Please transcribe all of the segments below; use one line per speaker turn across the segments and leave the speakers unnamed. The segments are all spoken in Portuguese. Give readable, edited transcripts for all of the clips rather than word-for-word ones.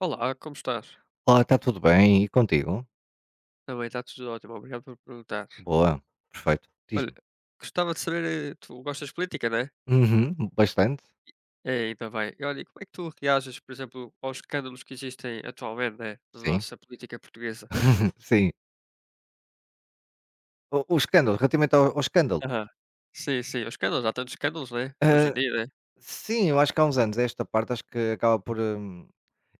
Olá, como estás?
Olá, está tudo bem? E contigo?
Também está tudo ótimo, obrigado por perguntar.
Boa, perfeito.
Olha,
Diz-me.
gostava de saber, tu gostas de política, né?
Uhum, bastante.
É, ainda bem. E olha, e como é que tu reages, por exemplo, aos escândalos que existem atualmente, né? Na
Sim,
nossa política portuguesa?
sim. O escândalo, relativamente ao, ao escândalo.
Aham. Sim, sim, os escândalos, há tantos escândalos, né? Hoje em
Ah,
dia, né?
sim, eu acho que há uns anos esta parte acho que acaba por.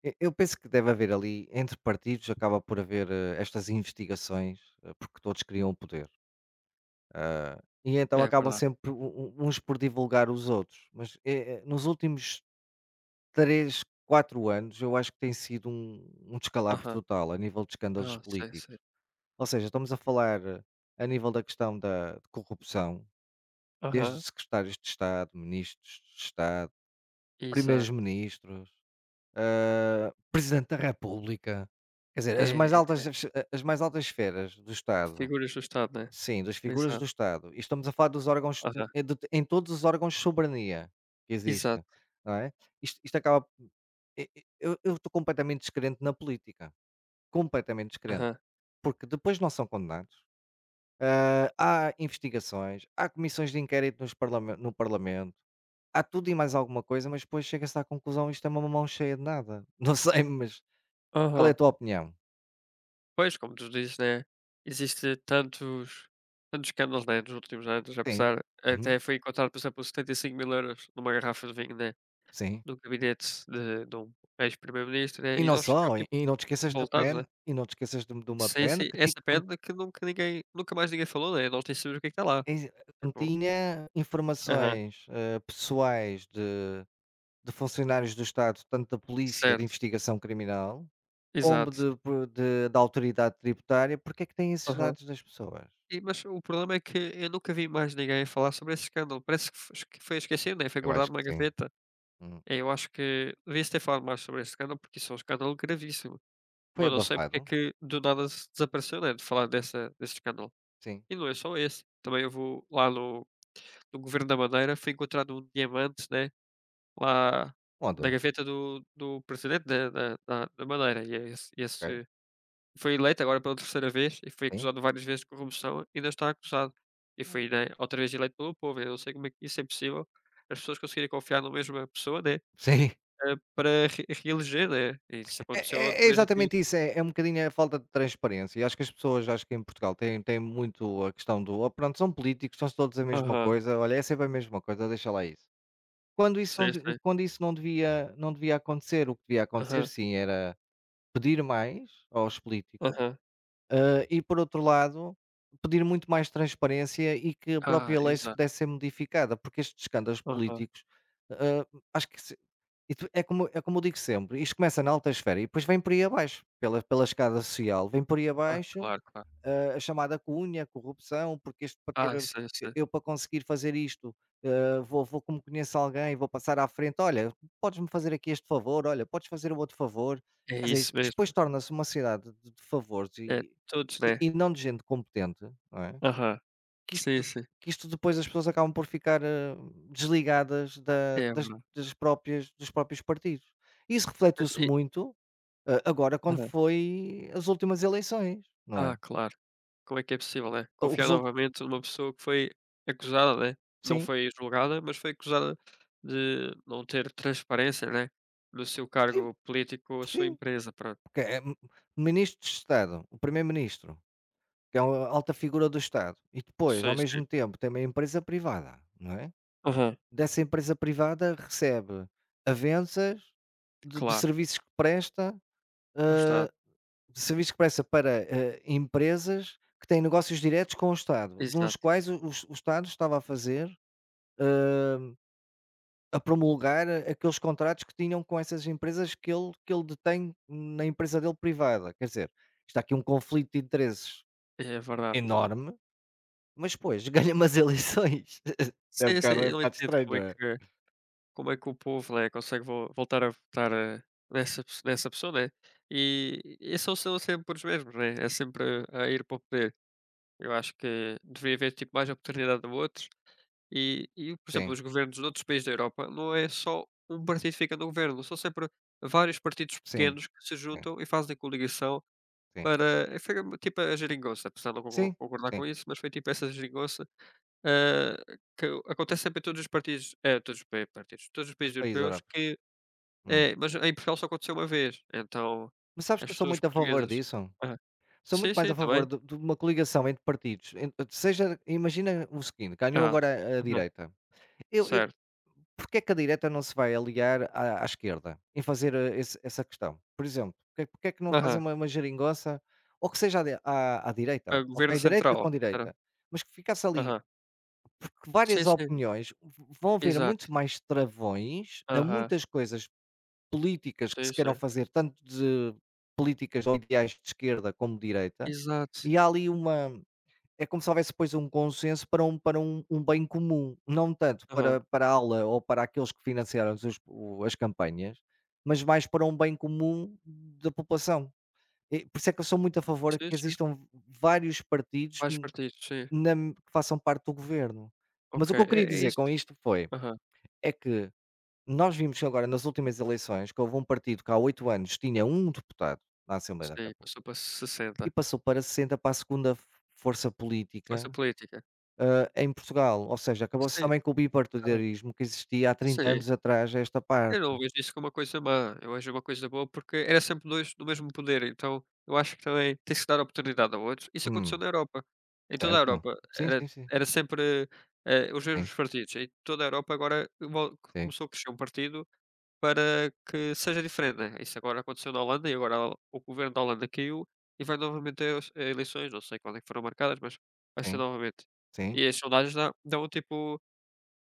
Eu penso que deve haver ali, entre partidos, acaba por haver estas investigações, porque todos queriam o poder. Ah, e então
É
acabam
verdade.
sempre uns por divulgar os outros. Mas nos últimos três, quatro anos, eu acho que tem sido um descalabro
Aham.
total a nível de escândalos
Ah, sim,
políticos.
sim.
Ou seja, estamos a falar a nível da questão da de corrupção, desde
Aham.
secretários de Estado, ministros de Estado, primeiros
Exato.
ministros, presidente da República, quer dizer,
É, é.
as mais altas esferas do Estado,
Figuras do Estado, né?
sim, das figuras do
Exato.
Estado, e estamos a falar dos órgãos,
Aham.
em todos os órgãos de soberania que existem,
Exato.
não é? Isto acaba, eu estou completamente descrente na política, completamente descrente,
Aham.
porque depois não são condenados. Ah, Há investigações, há comissões de inquérito nos no Parlamento, há tudo e mais alguma coisa, mas depois chega-se à conclusão isto é uma mão cheia de nada. Não sei, mas qual é a
Aham.
tua opinião?
Pois, como tu dizes, né, existe tantos escândalos, né, nos últimos anos,
Sim,
apesar
uhum,
até foi encontrado, por exemplo, 75.000 euros numa garrafa de vinho, né,
sim.
no gabinete de um ex-primeiro-ministro, né,
E
e
não
nós ficamos,
só, e
tipo,
e não te esqueças da
revoltados, né.
PEN, e não te esqueças de uma
Sim,
PEN
sim,
que tem-
essa
con-
pedra que nunca ninguém nunca mais ninguém falou, né, nós nem sabemos o que é que está lá,
tem-
tipo
continha
aham,
informações pessoais de- funcionários do Estado, tanto da polícia de
certo,
investigação criminal, como
exato,
de, da autoridade tributária, porque é que tem esses
aham.
dados das pessoas?
E mas o problema é que eu nunca vi mais ninguém falar sobre esse escândalo, parece que fo que foi esquecido, né, foi
Eu
guardado
acho
numa
que sim.
gaveta.
Hum.
É, eu acho que devia-se ter falado mais sobre esse escândalo, porque isso é um escândalo gravíssimo.
Foi
Mas não sei porque é
abafado?
que do nada se desapareceu, né, de falar desse escândalo.
Sim.
E não é só esse. Também eu vou lá no governo da Madeira, foi encontrado um diamante, né, lá na
Onde?
gaveta do presidente da Madeira. E é esse,
Ok,
esse foi eleito agora pela terceira vez e foi
sim.
acusado várias vezes de corrupção, ainda está acusado. E
Hum.
foi, né, outra vez eleito pelo povo. Eu não sei como é que isso é possível. As pessoas conseguirem confiar na mesma pessoa, né?
Sim,
Para re reeleger, né, e isso
é
aconteceu
é
outra
é
vez aqui.
exatamente isso, é um bocadinho a falta de transparência e acho que as pessoas, acho que em Portugal têm muito a questão do: "Oh, pronto, são políticos, são todos a mesma
Aham,
coisa, olha, é sempre a mesma coisa, deixa lá isso". Quando isso não
sim,
de
sim.
quando isso não devia não devia acontecer, o que devia acontecer
Aham,
sim era pedir mais aos políticos.
aham.
E por outro lado, pedir muito mais transparência e que a
Ah,
própria lei se
exato.
pudesse ser modificada, porque estes escândalos
Aham.
políticos, eh, acho que se- e é como eu digo sempre, isto começa na alta esfera e depois vem por aí abaixo, pela escada social, vem por aí
Ah,
abaixo
claro, claro.
a chamada cunha, corrupção, porque este para ter
Ah,
eu
sim, sim.
eu para conseguir fazer isto, vou como conheço alguém, vou passar à frente: "Olha, podes-me fazer aqui este favor? Olha, podes fazer o outro favor?".
É
Quer dizer,
isso
isto
mesmo.
depois torna-se uma cidade de favores
É,
e
todos,
e
né.
e não de gente competente, não é?
Aham.
Que
Sim,
isto
sim.
que isto depois as pessoas acabam por ficar, desligadas da
É
das
verdade.
das próprias dos próprios partidos. Isso
Mas
refletiu-se
e
muito, agora quando
aham.
foi as últimas eleições, não
Ah,
é?
claro. Como é que é possível, né,
O
confiar
resultado
novamente numa pessoa que foi acusada, né, não
sim.
foi julgada, mas foi acusada de não ter transparência, né, no seu
Sim,
cargo político ou a sua
sim,
empresa, pronto.
porque é m ministros de Estado, o primeiro-ministro, que é uma alta figura do Estado, e depois, ao
Sim, sim.
mesmo tempo, tem uma empresa privada, não é?
Aham,
Dessa empresa privada recebe avanças de
claro,
serviços que presta, eh,
lá está.
de serviços que presta para, empresas que têm negócios diretos com o Estado, dos
Exato,
quais o Estado estava a fazer a promulgar aqueles contratos que tinham com essas empresas que ele detém na empresa dele privada. Quer dizer, está aqui um conflito de interesses.
é verdade.
Enorme, mas depois ganha umas eleições.
Sim, sim,
É um
eu
bocado
entendo como
estranho,
é
é?
que como é que o povo, né, consegue vo voltar a votar, nessa pes nessa pessoa, né, e são sempre os mesmos, né, é sempre a ir para o poder. Eu acho que deveria haver, tipo, mais oportunidade a outros e, por exemplo,
Sim,
os governos de outros países da Europa não é só um partido que fica no governo, são sempre vários partidos
sim,
pequenos que se
sim,
juntam e fazem coligação
sim.
para foi tipo a geringonça, apesar de não
Sim,
concordar
sim,
com isso, mas foi tipo essa geringonça. Ah, que acontece sempre em todos os partidos todos os pa partidos, todos os
os
países
países
europeus
europeus.
que
Hum.
é, mas em Portugal só aconteceu uma vez, então
Mas sabes que
as
eu sou
pessoas
muito a favor
portuguesas
disso?
aham.
Sou muito
Sim,
mais
sim,
a
também.
favor de uma coligação entre partidos, en seja imagina o seguinte, ganhou
Ah,
agora a
aham,
direita. Eu
certo.
porque é que a direita não se vai aliar à esquerda em fazer esse essa questão? Por exemplo, porque é que não fazem
Aham.
uma geringonça ou que seja à de à à direita,
É
ok?
governo
Direita
central,
com
era
direita, mas que ficasse ali
aham.
que várias
Sim, sim,
opiniões, v vão haver muitos
exato.
mais travões a
Aham.
muitas coisas políticas que
Sim,
se queiram
sim.
fazer, tanto de políticas ou ideais de esquerda como de direita,
Exato.
e há ali uma é como se houvesse depois um consenso para um para um bem comum, não tanto
Aham.
para a aula ou para aqueles que financiaram os o as campanhas, mas mais para um bem comum da população. E por isso é que eu sou muito a favor
Sim,
que
sim.
existam vários partidos
Mais partidos, sim.
na que façam parte do governo. Mas
Ok,
o que eu queria
é
dizer
isso.
com isto foi,
Aham.
é que nós vimos que agora nas últimas eleições que houve um partido que há 8 anos tinha um deputado na Assembleia da
Sim,
República
passou para
e
60.
passou para 60 para a segunda f força
Força
política,
política.
em Portugal, ou seja, acabou-se
Sim,
também com o
aham.
bipartidarismo que existia há trinta
Sim.
anos atrás a esta
Eu
parte.
não vejo isso como uma coisa má, eu vejo uma coisa boa, porque era sempre 2 do mesmo poder, então eu acho que também tem-se que dar oportunidade a outros. Isso aconteceu
Hum,
na Europa, em toda a
certo.
Europa,
Sim,
era
sim, sim.
era sempre, os mesmos partidos, em toda a Europa agora vol
Sim,
começou a crescer um partido para que seja diferente, né. Isso agora aconteceu na Holanda e agora o governo da Holanda caiu e vai novamente a eleições, não sei quando é que foram marcadas, mas vai ser
sim,
novamente.
sim,
E as sondagens dá dão um tipo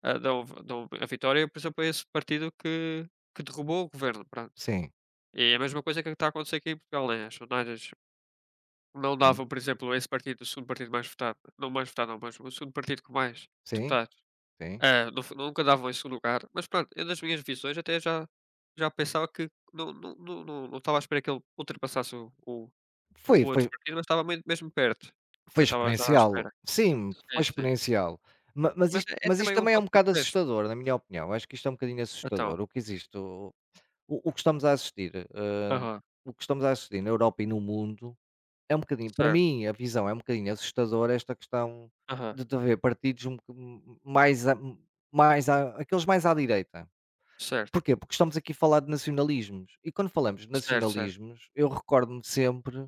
dão a vitória, por exemplo, a esse partido que derrubou o governo, pronto.
sim, sim,
E é a mesma coisa que está a acontecer aqui em Portugal, né, as sondagens não
sim,
davam, por exemplo, esse partido, o segundo partido mais votado não, mas o segundo partido com mais
sim,
deputados,
sim.
nu nunca davam em 2 lugar, mas pronto, eu nas minhas visões até já pensava que não estava à espera que ele ultrapassasse o o
Foi
o
foi
outro partido, mas estava mui mesmo perto.
foi
Eu estava já à
exponencial.
espera.
Sim, foi
Sim, sim.
exponencial. Ma
Mas é
mas isto
também um
também é um
voto por
bocado
teste.
assustador, na minha opinião. Acho que isto é um bocadinho assustador.
Então.
O que existe, o que estamos a assistir,
Aham.
o que estamos a assistir na Europa e no mundo, é um bocadinho para
Certo.
mim, a visão é um bocadinho assustadora esta questão
Aham.
de haver partidos um boc mais a mais a aqueles mais à direita.
Certo.
Porquê? Porque estamos aqui a falar de nacionalismos e quando falamos de
Certo, certo.
nacionalismos, eu recordo-me sempre,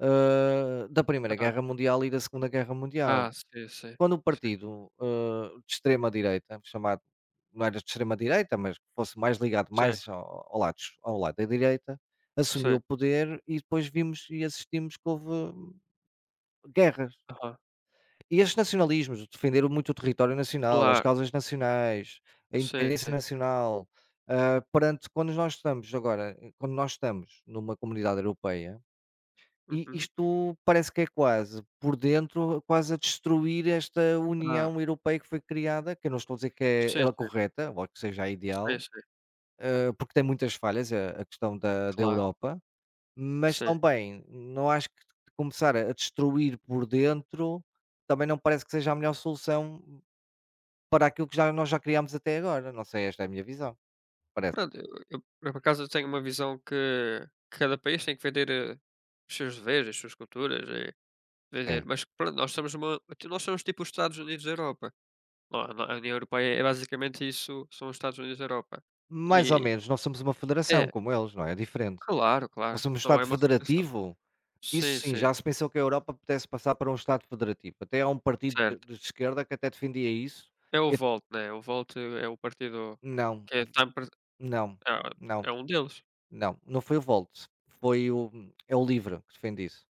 da Primeira
Aham.
Guerra Mundial e da Segunda Guerra Mundial
Ah, sei, sei.
quando o partido, de extrema direita, chamado não era de extrema direita, mas que fosse mais ligado
Sei,
mais ao ao lado es ao lado da direita, assumiu
sei.
o poder e depois vimos e assistimos que houve guerras.
Aham.
E estes nacionalismos defenderam muito o território nacional, as
Claro.
causas nacionais, a
Sei,
independência
sei.
nacional, hã, perante quando nós estamos agora quando nós estamos numa comunidade europeia e
Uhum.
isto parece que é quase, por dentro, quase a destruir esta
Ah,
União Europeia que foi criada, que eu não estou a dizer que é
sei,
a
sei.
correta, ou que seja a
Sei,
ideal,
sei.
porque tem muitas falhas a questão da
Claro,
Europa, mas
sei.
também não acho que começar a destruir por dentro, também não parece que seja a melhor solução para aquilo que já criámos até agora, não sei, esta é a minha visão, parece,
Pronto, eu por acaso eu tenho uma visão que cada país tem que vender, os seus deveres, as suas culturas e vender,
sim.
mas pronto, nós somos tipo os Estados Unidos da Europa. Nó nó a União Europeia é basicamente isso, são os Estados Unidos da Europa.
Mais ou
E
menos, nós somos uma federação
é,
como eles, não é, é diferente.
claro,
Nós
claro.
somos um
Não é
Estado
uma federação.
federativo. Isso
Sim,
sim,
sim.
já se pensou que a Europa pudesse passar para um Estado federativo. Até há um partido de
Certo.
esquerda que até defendia isso.
É o
E
Volt, né, o Volt é o partido
não,
que está
não,
ah,
não,
é um deles.
não. Não foi o Volt, foi o é o LIVRE que defende isso,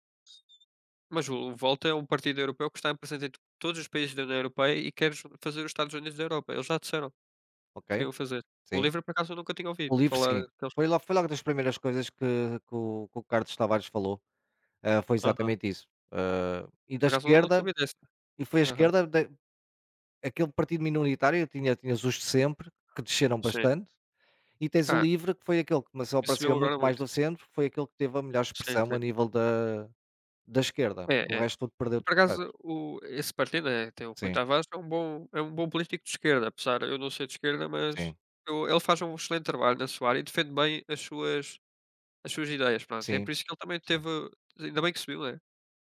Mas o Volt é um partido europeu que está em presente em todos os países da União Europeia e quer ju fazer os Estados Unidos da Europa. Eles já disseram que
ok?
queriam fazer. O
Sim.
LIVRE por acaso eu nunca tinha
O
ouvido
LIVRE
falar
sim.
que eles
Foi logo das primeiras coisas que que o Carlos Tavares falou, foi
aham.
exatamente isso. E da
Por acaso eu não
esquerda
sabia dessa.
e foi a
Aham,
esquerda da aquele partido minoritário, tinha tinhas os de sempre, que desceram
sim.
bastante. E tens o
Ah,
Livre, que foi aquele que começou para
isso
cima
subiu agora
muito mais
muito.
do centro, foi aquele que teve a melhor
Sim,
expressão a
sim.
nível da esquerda,
É,
porque o
é.
resto tudo perdeu
Por
deputados.
acaso o esse partido, tem o Rui
Sim,
Tavares, um bom político de esquerda, apesar eu não ser de esquerda, mas
sim,
eu ele faz um excelente trabalho na sua área e defende bem As suas ideias, pronto. É
sim,
por isso que ele também
sim,
teve ainda bem que subiu, né,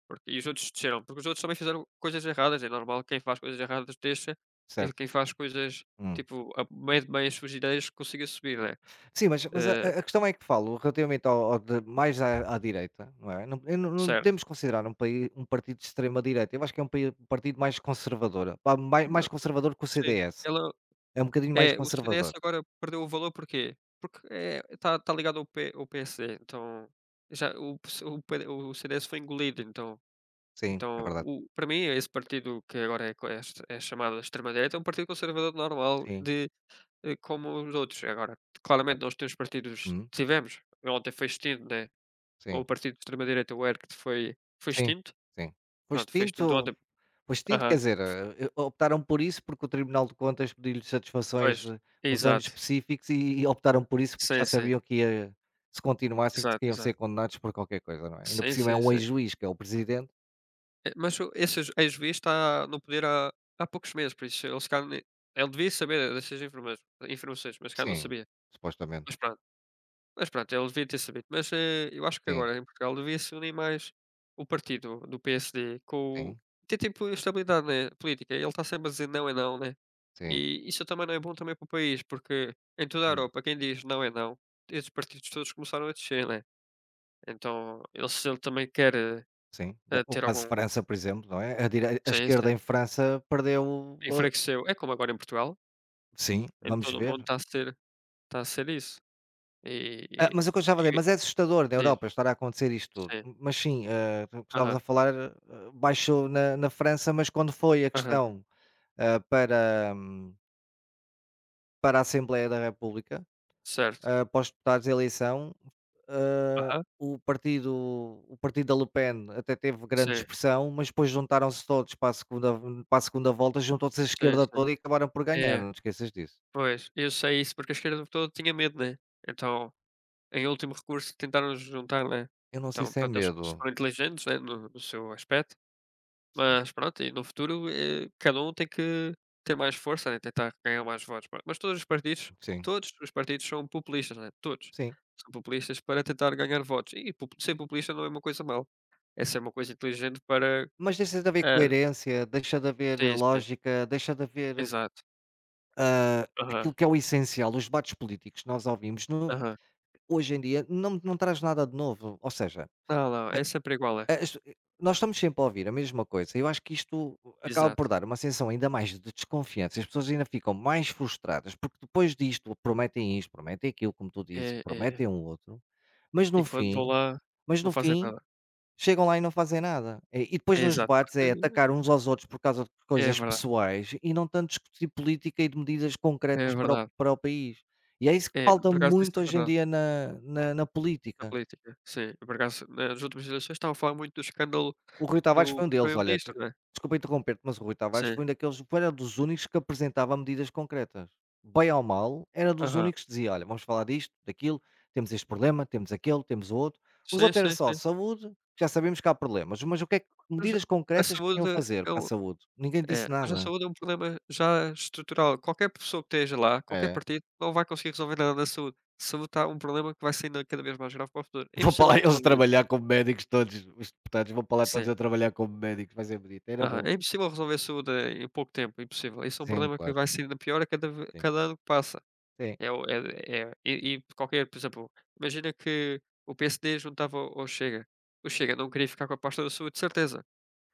porque os outros desceram, porque os outros também fizeram coisas erradas, é normal, quem faz coisas erradas deixa, e
certo.
quem faz coisas,
Hum.
tipo, a meio de meio as suas ideias consiga subir, né.
Sim, mas
Eh,
a questão é que falo relativamente ao de mais à direita, não é? Não eu não
Certo.
podemos considerar um país um partido de extrema direita, eu acho que é um pai um partido mais conservador, pá, mais
Não,
conservador que o
sim,
CDS,
ela
é um bocadinho mais
é, o CDS
conservador.
agora perdeu o valor porquê? Porque, está tá ligado ao PSD, então já o PS o PD o CDS foi engolido, então
Sim, é
então
verdade.
o para mim esse partido que agora é chamado de extrema-direita, é um partido conservador normal
Sim,
como os outros. Agora, claramente
certo.
nós temos partidos
Uhum.
tivemos, ontem foi extinto, né, ou o
Sim,
partido de extrema-direita, o ERC, foi
sim,
extinto,
sim. Pois
pronto, foi extinto
tinto.
ontem.
Pois sim, quer
Aham,
dizer, optaram por isso porque o Tribunal de Contas pediu-lhes satisfações
pois,
de uns anos
exato.
específicos e optaram por isso porque já
Sim, sim,
sabiam que ia se continuassem
exato,
que iam ser
exato.
condenados por qualquer coisa, não é? Ainda por
Sim,
cima é
sim,
um
sim.
ex-juiz que é o presidente.
Mas o esse ju ex-juiz está no poder há poucos meses, por isso ele se calhar nem ele devia saber dessas informações, mas se calhar não
Sim,
sabia,
supostamente.
mas pronto. Mas pronto, ele devia ter sabido. Mas, eu acho que
Sim,
agora em Portugal devia se unir mais o partido do PSD com o
sim,
ter tipo estabilidade, né, política. Ele está sempre a dizer não é não, né?
sim,
E isso também não é bom também para o país, porque em toda a
hum,
Europa quem diz não é não, esses partidos todos começaram a descer, né? Então ele se ele também quer,
sim. É, o
ter
caso de
algum
França, por exemplo, não é? A
senso,
esquerda
né,
em França perdeu, eh
enfraqueceu. É como agora em Portugal,
sim,
em
vamos
todo o mundo
ver.
está a ser isso. E e
Ah, mas é o que eu estava a dizer,
e
mas é assustador na
diz.
Europa estar a acontecer isto tudo.
Sim.
M mas sim, tu estavas
Aham,
a falar, baixou na França, mas quando foi a
aham,
questão, ah, para hum, para a Assembleia da República,
certo.
para os deputados de eleição,
Aham,
o partido da Le Pen até teve grande
sim.
expressão, mas depois juntaram-se todos para a segunda volta, juntou-se a
Sim,
esquerda
sim.
toda e acabaram por ganhar,
É,
não te esqueças disso.
pois, eu sei isso porque a esquerda toda tinha medo, né. Então, em último recurso tentaram juntar, né.
Eu não sei
Então,
se é
pronto, eles
medo.
foram inteligentes, né, no seu aspecto,
Sim,
mas pronto, e no futuro, cada um tem que ter mais força, né, tentar ganhar mais votos, pronto. Mas todos os partidos
sim,
todos os partidos são populistas, né, todos.
sim.
São populistas para tentar ganhar votos e popu ser populista não é uma coisa mal, é ser uma coisa inteligente para,
Mas deixa de haver
hã
coerência, deixa de haver
sim, sim,
lógica, deixa de haver,
exato. Aham,
aquilo que é o essencial. Os debates políticos que nós ouvimos no
aham.
hoje em dia não traz nada de novo, ou seja,
Não, não, é sempre igual, é.
nós estamos sempre a ouvir a mesma coisa. Eu acho que isto acaba por
Exato.
dar uma sensação ainda mais de desconfiança. As pessoas ainda ficam mais frustradas, porque depois disto prometem isto, prometem aquilo, como tu
É,
dizes, e
é, é.
prometem um outro, mas no
E quando vou
fim
lá,
mas
não
no
fazem
fim
nada.
chegam lá e não fazem nada. E depois
É,
nos
exato,
debates
porque
é atacar uns aos outros por causa de
é
coisas
verdade,
pessoais e não tanto discutir política e de medidas
é
concretas
verdade.
para o país. E é isso que
É,
falta
por acaso isso
muito
é
hoje em
verdade,
dia na
na
política.
política, sim. Por acaso, nas últimas eleições estavam a falar muito do escândalo
O Rui Tavares
do
foi um
do
deles, olha que
primeiro-ministro, né.
desculpa interromper-te, mas o Rui Tavares
Sim.
foi um daqueles foi era dos únicos que apresentava medidas concretas. Bem ou mal, era dos
Aham.
únicos que dizia: "Olha, vamos falar disto, daquilo, temos este problema, temos aquele, temos o outro". Os
Sim,
outros era
sim,
só
sim.
saúde, já sabemos que há problemas, mas o que é que
Mas
medidas
a
concretas que iam
saúde
fazer
é
para a
o
saúde? Ninguém disse nada.
é um problema já estrutural. Qualquer pessoa que esteja lá, qualquer
É,
partido, não vai conseguir resolver nada na saúde. Saúde está um problema que vai sendo cada vez mais grave para o futuro. É
vão para
impossível
lá
de
eles
resolver isso.
trabalhar como médicos todos, os deputados vão para lá todos
Sim.
a trabalhar como médicos, vai ser bonito, era
Aham,
bom.
é impossível resolver saúde em pouco tempo, impossível. Isso é um
Sim,
problema que
claro,
vai sendo pior a cada ve
sim,
cada ano que passa.
sim.
É o é é e qualquer por exemplo, imagina que o PSD juntava ao Chega. O Chega não queria ficar com a pasta da saúde, de certeza.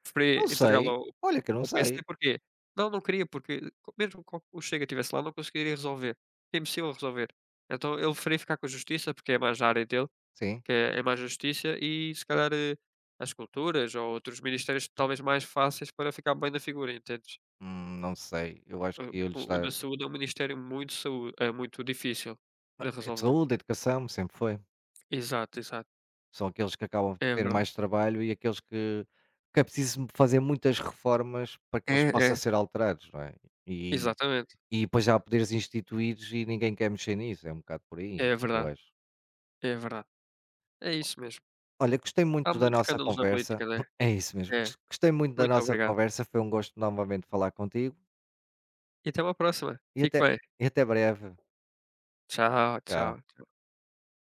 Preferia
Não
entregá-la
sei,
ao
olha que eu não
ao PSD,
sei,
porquê? Não, não queria, porque co mesmo co o Chega estivesse lá, não conseguiria resolver. É impossível resolver. Então ele preferia ficar com a Justiça, porque é mais a área dele
sim.
que é mais a Justiça e se calhar, as Culturas ou outros ministérios talvez mais fáceis para ficar bem na figura, entendes?
Não sei, eu acho
Eh,
que eles
o
dá
da Saúde é um ministério muito saú é muito difícil de
é de
resolver.
saúde, educação, sempre foi.
Exato, exato.
São aqueles que acabam por
É
ter
verdade.
mais trabalho e aqueles que é preciso fazer muitas reformas para que
É,
eles possam
é.
ser alterados, não é? E
Exatamente.
depois já há poderes instituídos e ninguém quer mexer nisso, é um bocado por aí,
É
eu
verdade,
acho.
é verdade. É isso mesmo.
Olha, gostei
Há
muito da
muitos
nossa
escândalos na
conversa.
política, né?
É isso mesmo,
É.
gostei muito da
Muito
nossa
obrigado.
conversa, foi um gosto novamente falar contigo
E até uma próxima.
e
Fique
até
bem.
e até breve.
Tchau,
Tchau.
tchau.